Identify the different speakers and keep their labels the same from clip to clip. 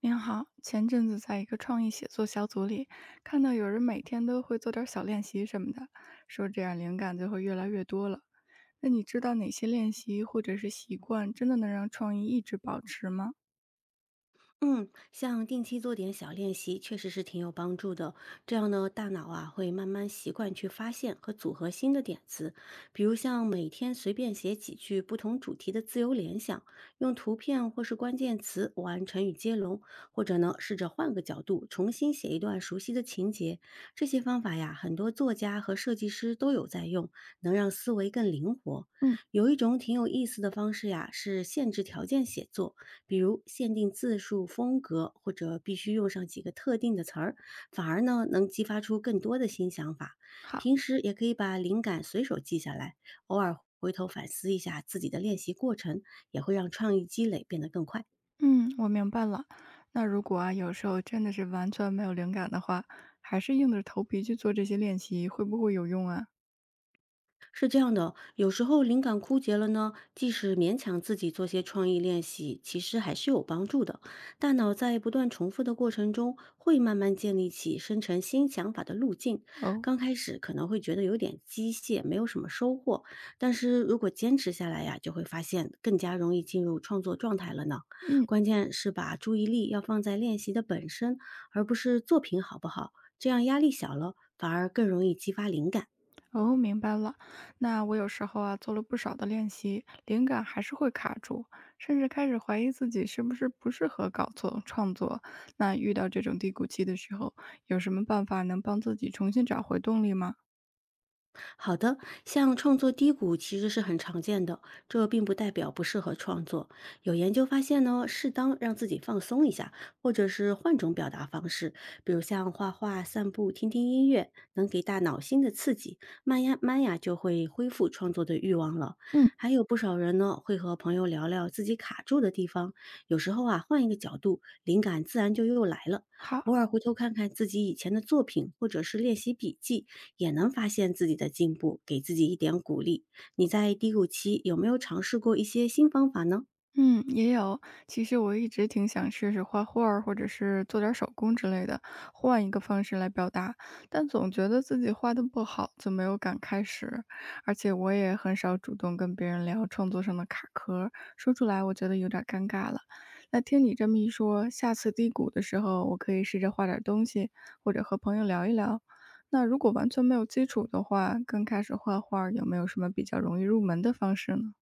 Speaker 1: 您好，前阵子在一个创意写作小组里，看到有人每天都会做点儿小练习什么的，说这样灵感就会越来越多了。那你知道哪些练习或者是习惯真的能让创意一直保持吗？
Speaker 2: 嗯，像定期做点小练习，确实是挺有帮助的。这样呢，大脑啊会慢慢习惯去发现和组合新的点子。比如像每天随便写几句不同主题的自由联想，用图片或是关键词玩成语接龙，或者呢试着换个角度重新写一段熟悉的情节。这些方法呀，很多作家和设计师都有在用，能让思维更灵活。
Speaker 1: 嗯，
Speaker 2: 有一种挺有意思的方式呀，是限制条件写作。比如限定字数、风格，或者必须用上几个特定的词儿，反而呢能激发出更多的新想法。
Speaker 1: 好，
Speaker 2: 平时也可以把灵感随手记下来，偶尔回头反思一下自己的练习过程，也会让创意积累变得更快。
Speaker 1: 嗯，我明白了。那如果啊，有时候真的是完全没有灵感的话，还是硬着头皮去做这些练习，会不会有用啊？
Speaker 2: 是这样的，有时候灵感枯竭了呢，即使勉强自己做些创意练习，其实还是有帮助的。大脑在不断重复的过程中，会慢慢建立起生成新想法的路径。
Speaker 1: 哦，
Speaker 2: 刚开始可能会觉得有点机械，没有什么收获，但是如果坚持下来呀，就会发现更加容易进入创作状态了呢。
Speaker 1: 嗯。
Speaker 2: 关键是把注意力要放在练习的本身，而不是作品好不好，这样压力小了，反而更容易激发灵感。
Speaker 1: 哦，明白了。那我有时候啊，做了不少的练习，灵感还是会卡住，甚至开始怀疑自己是不是不适合搞错创作。那遇到这种低谷期的时候，有什么办法能帮自己重新找回动力吗？
Speaker 2: 好的，像创作低谷其实是很常见的，这并不代表不适合创作。有研究发现呢，适当让自己放松一下，或者是换种表达方式，比如像画画、散步、听听音乐，能给大脑新的刺激，慢呀慢呀就会恢复创作的欲望了。
Speaker 1: 嗯，
Speaker 2: 还有不少人呢，会和朋友聊聊自己卡住的地方，有时候啊，换一个角度，灵感自然就又来了。偶
Speaker 1: 好。
Speaker 2: 尔回头看看自己以前的作品，或者是练习笔记，也能发现自己的进步，给自己一点鼓励。你在低谷期有没有尝试过一些新方法呢？
Speaker 1: 嗯，也有。其实我一直挺想试试画画儿，或者是做点儿手工之类的，换一个方式来表达。但总觉得自己画的不好，就没有敢开始。而且我也很少主动跟别人聊创作上的卡壳，说出来我觉得有点儿尴尬了。那听你这么一说，下次低谷的时候，我可以试着画点儿东西，或者和朋友聊一聊。那如果完全没有基础的话，刚开始画画儿有没有什么比较容易入门的方式呢？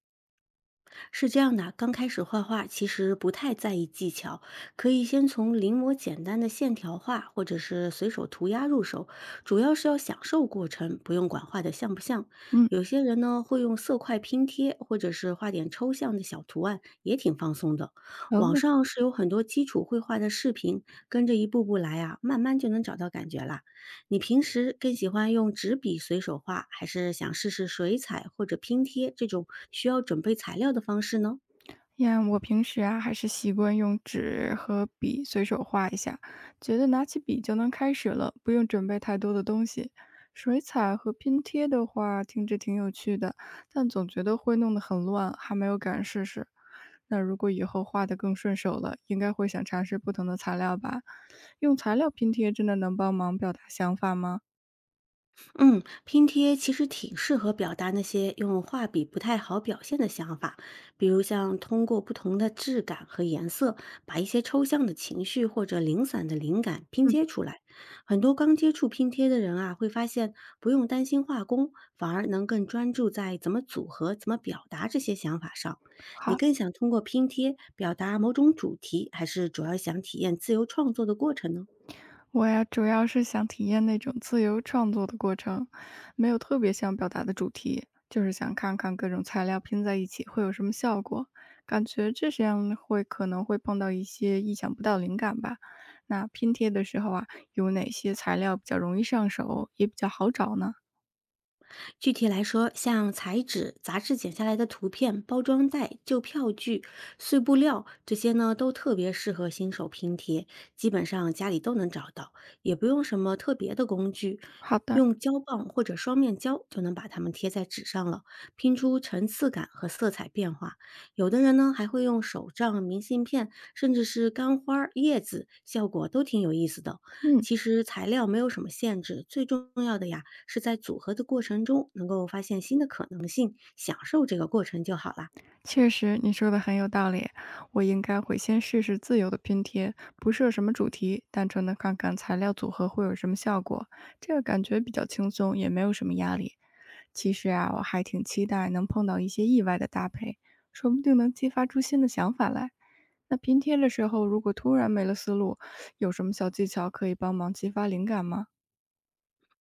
Speaker 2: 是这样的，刚开始画画其实不太在意技巧，可以先从临摹简单的线条画或者是随手涂鸦入手，主要是要享受过程，不用管画的像不像。
Speaker 1: 嗯，
Speaker 2: 有些人呢会用色块拼贴，或者是画点抽象的小图案，也挺放松的。
Speaker 1: 哦，
Speaker 2: 网上是有很多基础绘画的视频，跟着一步步来啊，慢慢就能找到感觉啦。你平时更喜欢用纸笔随手画，还是想试试水彩或者拼贴这种需要准备材料的方式呢？
Speaker 1: 呀，我平时啊还是习惯用纸和笔随手画一下，觉得拿起笔就能开始了，不用准备太多的东西。水彩和拼贴的话，听着挺有趣的，但总觉得会弄得很乱，还没有敢试试。那如果以后画得更顺手了，应该会想尝试不同的材料吧？用材料拼贴真的能帮忙表达想法吗？
Speaker 2: 嗯，拼贴其实挺适合表达那些用画笔不太好表现的想法，比如像通过不同的质感和颜色，把一些抽象的情绪或者零散的灵感拼
Speaker 1: 嗯，
Speaker 2: 接出来。很多刚接触拼贴的人啊，会发现不用担心画工，反而能更专注在怎么组合、怎么表达这些想法上。你
Speaker 1: 好。
Speaker 2: 更想通过拼贴表达某种主题，还是主要想体验自由创作的过程呢？
Speaker 1: 我呀，主要是想体验那种自由创作的过程，没有特别想表达的主题，就是想看看各种材料拼在一起会有什么效果。感觉这样会可能会碰到一些意想不到灵感吧。那拼贴的时候啊，有哪些材料比较容易上手，也比较好找呢？
Speaker 2: 具体来说，像彩纸、杂志剪下来的图片、包装袋、旧票据、碎布料这些呢，都特别适合新手拼贴，基本上家里都能找到，也不用什么特别的工具，
Speaker 1: 好的，
Speaker 2: 用胶棒或者双面胶就能把它们贴在纸上了，拼出层次感和色彩变化。有的人呢，还会用手账、明信片，甚至是干花儿叶子，效果都挺有意思的。
Speaker 1: 嗯。
Speaker 2: 其实材料没有什么限制，最重要的呀是在组合的过程中能够发现新的可能性，享受这个过程就好啦。
Speaker 1: 确实，你说的很有道理。我应该会先试试自由的拼贴，不设什么主题，单纯的看看材料组合会有什么效果。这个感觉比较轻松，也没有什么压力。其实啊，我还挺期待能碰到一些意外的搭配，说不定能激发出新的想法来。那拼贴的时候，如果突然没了思路，有什么小技巧可以帮忙激发灵感吗？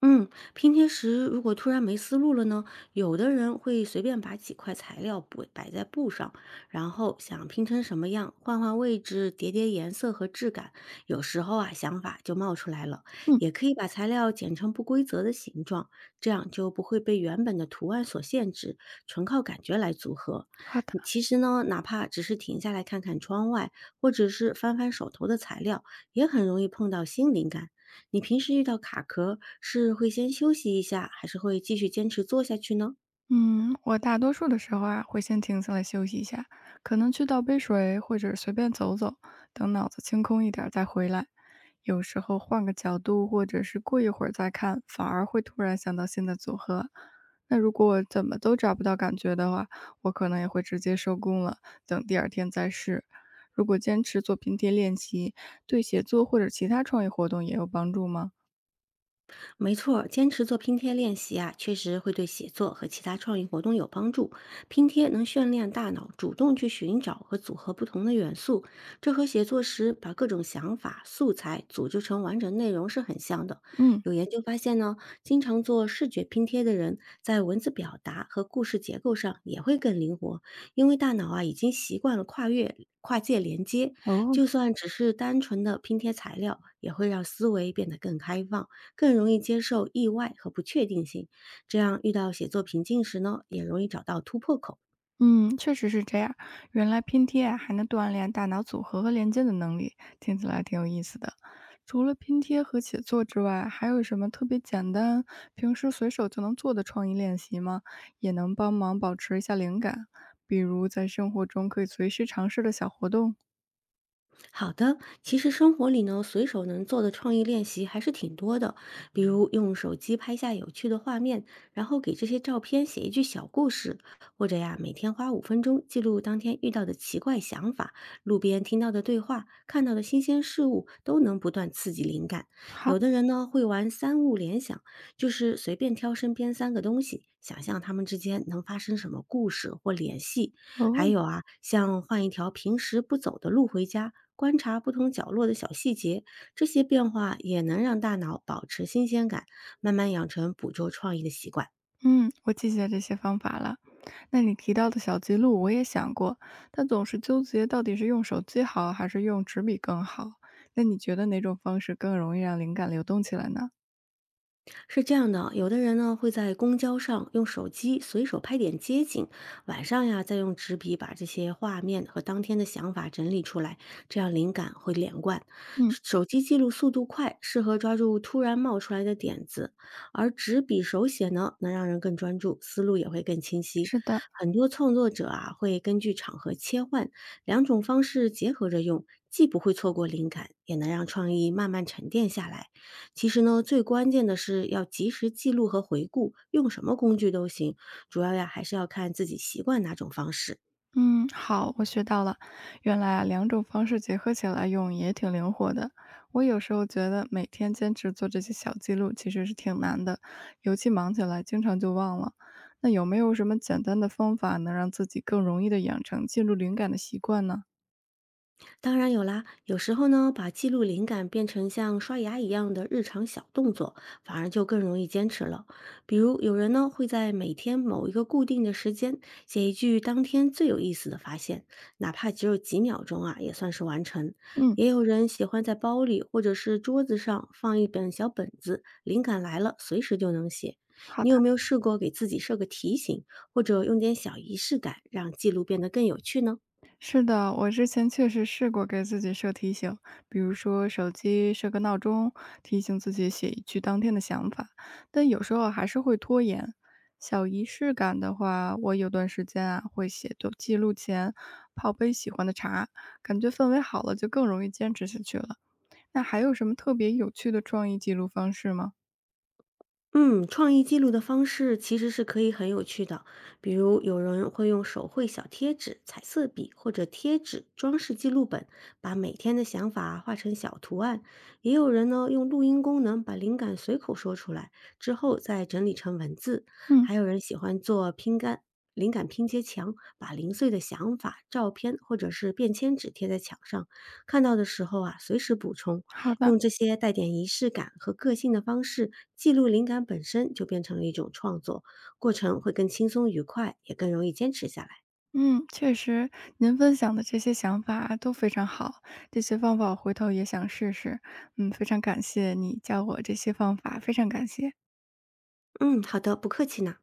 Speaker 2: 嗯，拼贴时如果突然没思路了呢，有的人会随便把几块材料布摆在布上，然后想拼成什么样，换换位置，叠叠颜色和质感，有时候啊想法就冒出来了。
Speaker 1: 嗯，
Speaker 2: 也可以把材料剪成不规则的形状，这样就不会被原本的图案所限制，纯靠感觉来组合。
Speaker 1: 好的。
Speaker 2: 你其实呢，哪怕只是停下来看看窗外，或者是翻翻手头的材料，也很容易碰到新灵感。你平时遇到卡壳，是会先休息一下，还是会继续坚持做下去呢？
Speaker 1: 嗯，我大多数的时候啊，会先停下来休息一下，可能去倒杯水，或者随便走走，等脑子清空一点儿再回来。有时候换个角度，或者是过一会儿再看，反而会突然想到新的组合。那如果怎么都找不到感觉的话，我可能也会直接收工了，等第二天再试。如果坚持做拼贴练习，对写作或者其他创意活动也有帮助吗？
Speaker 2: 没错儿坚持做拼贴练习啊，确实会对写作和其他创意活动有帮助。拼贴能训练大脑主动去寻找和组合不同的元素，这和写作时把各种想法、素材组织成完整内容是很像的。
Speaker 1: 嗯，
Speaker 2: 有研究发现呢，经常做视觉拼贴的人，在文字表达和故事结构上也会更灵活，因为大脑啊已经习惯了跨越。跨界连接，
Speaker 1: 哦，
Speaker 2: 就算只是单纯的拼贴材料，也会让思维变得更开放。更容易接受意外和不确定性，这样遇到写作瓶颈时呢，也容易找到突破口。
Speaker 1: 嗯，确实是这样。原来拼贴啊还能锻炼大脑组合和连接的能力，听起来挺有意思的。除了拼贴和写作之外，还有什么特别简单、平时随手就能做的创意练习吗？也能帮忙保持一下灵感，比如在生活中可以随时尝试的小活动。
Speaker 2: 好的，其实生活里呢，随手能做的创意练习还是挺多的，比如用手机拍下有趣的画面，然后给这些照片写一句小故事，或者呀，每天花5分钟记录当天遇到的奇怪想法、路边听到的对话、看到的新鲜事物，都能不断刺激灵感。
Speaker 1: 好
Speaker 2: 有的人呢，会玩3物联想，就是随便挑身边3个东西，想象它们之间能发生什么故事或联系，还
Speaker 1: 哦，
Speaker 2: 有啊，像换一条平时不走的路回家，观察不同角落的小细节，这些变化也能让大脑保持新鲜感，慢慢养成捕捉创意的习惯。
Speaker 1: 嗯，我记下这些方法了。那你提到的小记录，我也想过，但总是纠结到底是用手机好还是用纸笔更好。那你觉得哪种方式更容易让灵感流动起来呢？
Speaker 2: 是这样的，有的人呢会在公交上用手机随手拍点街景，晚上呀再用纸笔把这些画面和当天的想法整理出来，这样灵感会连贯。
Speaker 1: 嗯，
Speaker 2: 手机记录速度快，适合抓住突然冒出来的点子，而纸笔手写呢，能让人更专注，思路也会更清晰。
Speaker 1: 是的，
Speaker 2: 很多创作者啊会根据场合切换，两种方式结合着用，既不会错过灵感，也能让创意慢慢沉淀下来。其实呢，最关键的是要及时记录和回顾，用什么工具都行，主要呀还是要看自己习惯哪种方式。
Speaker 1: 嗯，好，我学到了。原来啊，两种方式结合起来用也挺灵活的。我有时候觉得每天坚持做这些小记录其实是挺难的，尤其忙起来，经常就忘了。那有没有什么简单的方法能让自己更容易的养成记录灵感的习惯呢？
Speaker 2: 当然有啦，有时候呢，把记录灵感变成像刷牙一样的日常小动作，反而就更容易坚持了。比如有人呢会在每天某一个固定的时间写一句当天最有意思的发现，哪怕只有几秒钟啊，也算是完成。
Speaker 1: 嗯，
Speaker 2: 也有人喜欢在包里或者是桌子上放一本小本子，灵感来了随时就能写。
Speaker 1: 好
Speaker 2: 你
Speaker 1: 的。
Speaker 2: 有没有试过给自己设个提醒，或者用点小仪式感，让记录变得更有趣呢？
Speaker 1: 是的，我之前确实试过给自己设提醒，比如说手机设个闹钟，提醒自己写一句当天的想法，但有时候还是会拖延。小仪式感的话，我有段时间啊会写的记录前泡杯喜欢的茶，感觉氛围好了就更容易坚持下去了。那还有什么特别有趣的创意记录方式吗？
Speaker 2: 嗯，创意记录的方式其实是可以很有趣的，比如有人会用手绘小贴纸、彩色笔或者贴纸装饰记录本，把每天的想法画成小图案；也有人呢用录音功能把灵感随口说出来，之后再整理成文字；
Speaker 1: 嗯，
Speaker 2: 还有人喜欢做拼干。灵感拼接墙，把零碎的想法、照片或者是便签纸贴在墙上，看到的时候啊，随时补充，
Speaker 1: 好的。
Speaker 2: 用这些带点仪式感和个性的方式记录灵感本身，就变成了一种创作，过程会更轻松愉快，也更容易坚持下来。
Speaker 1: 嗯，确实，您分享的这些想法啊都非常好，这些方法我回头也想试试。嗯，非常感谢你教我这些方法，非常感谢。
Speaker 2: 嗯，好的，不客气呢。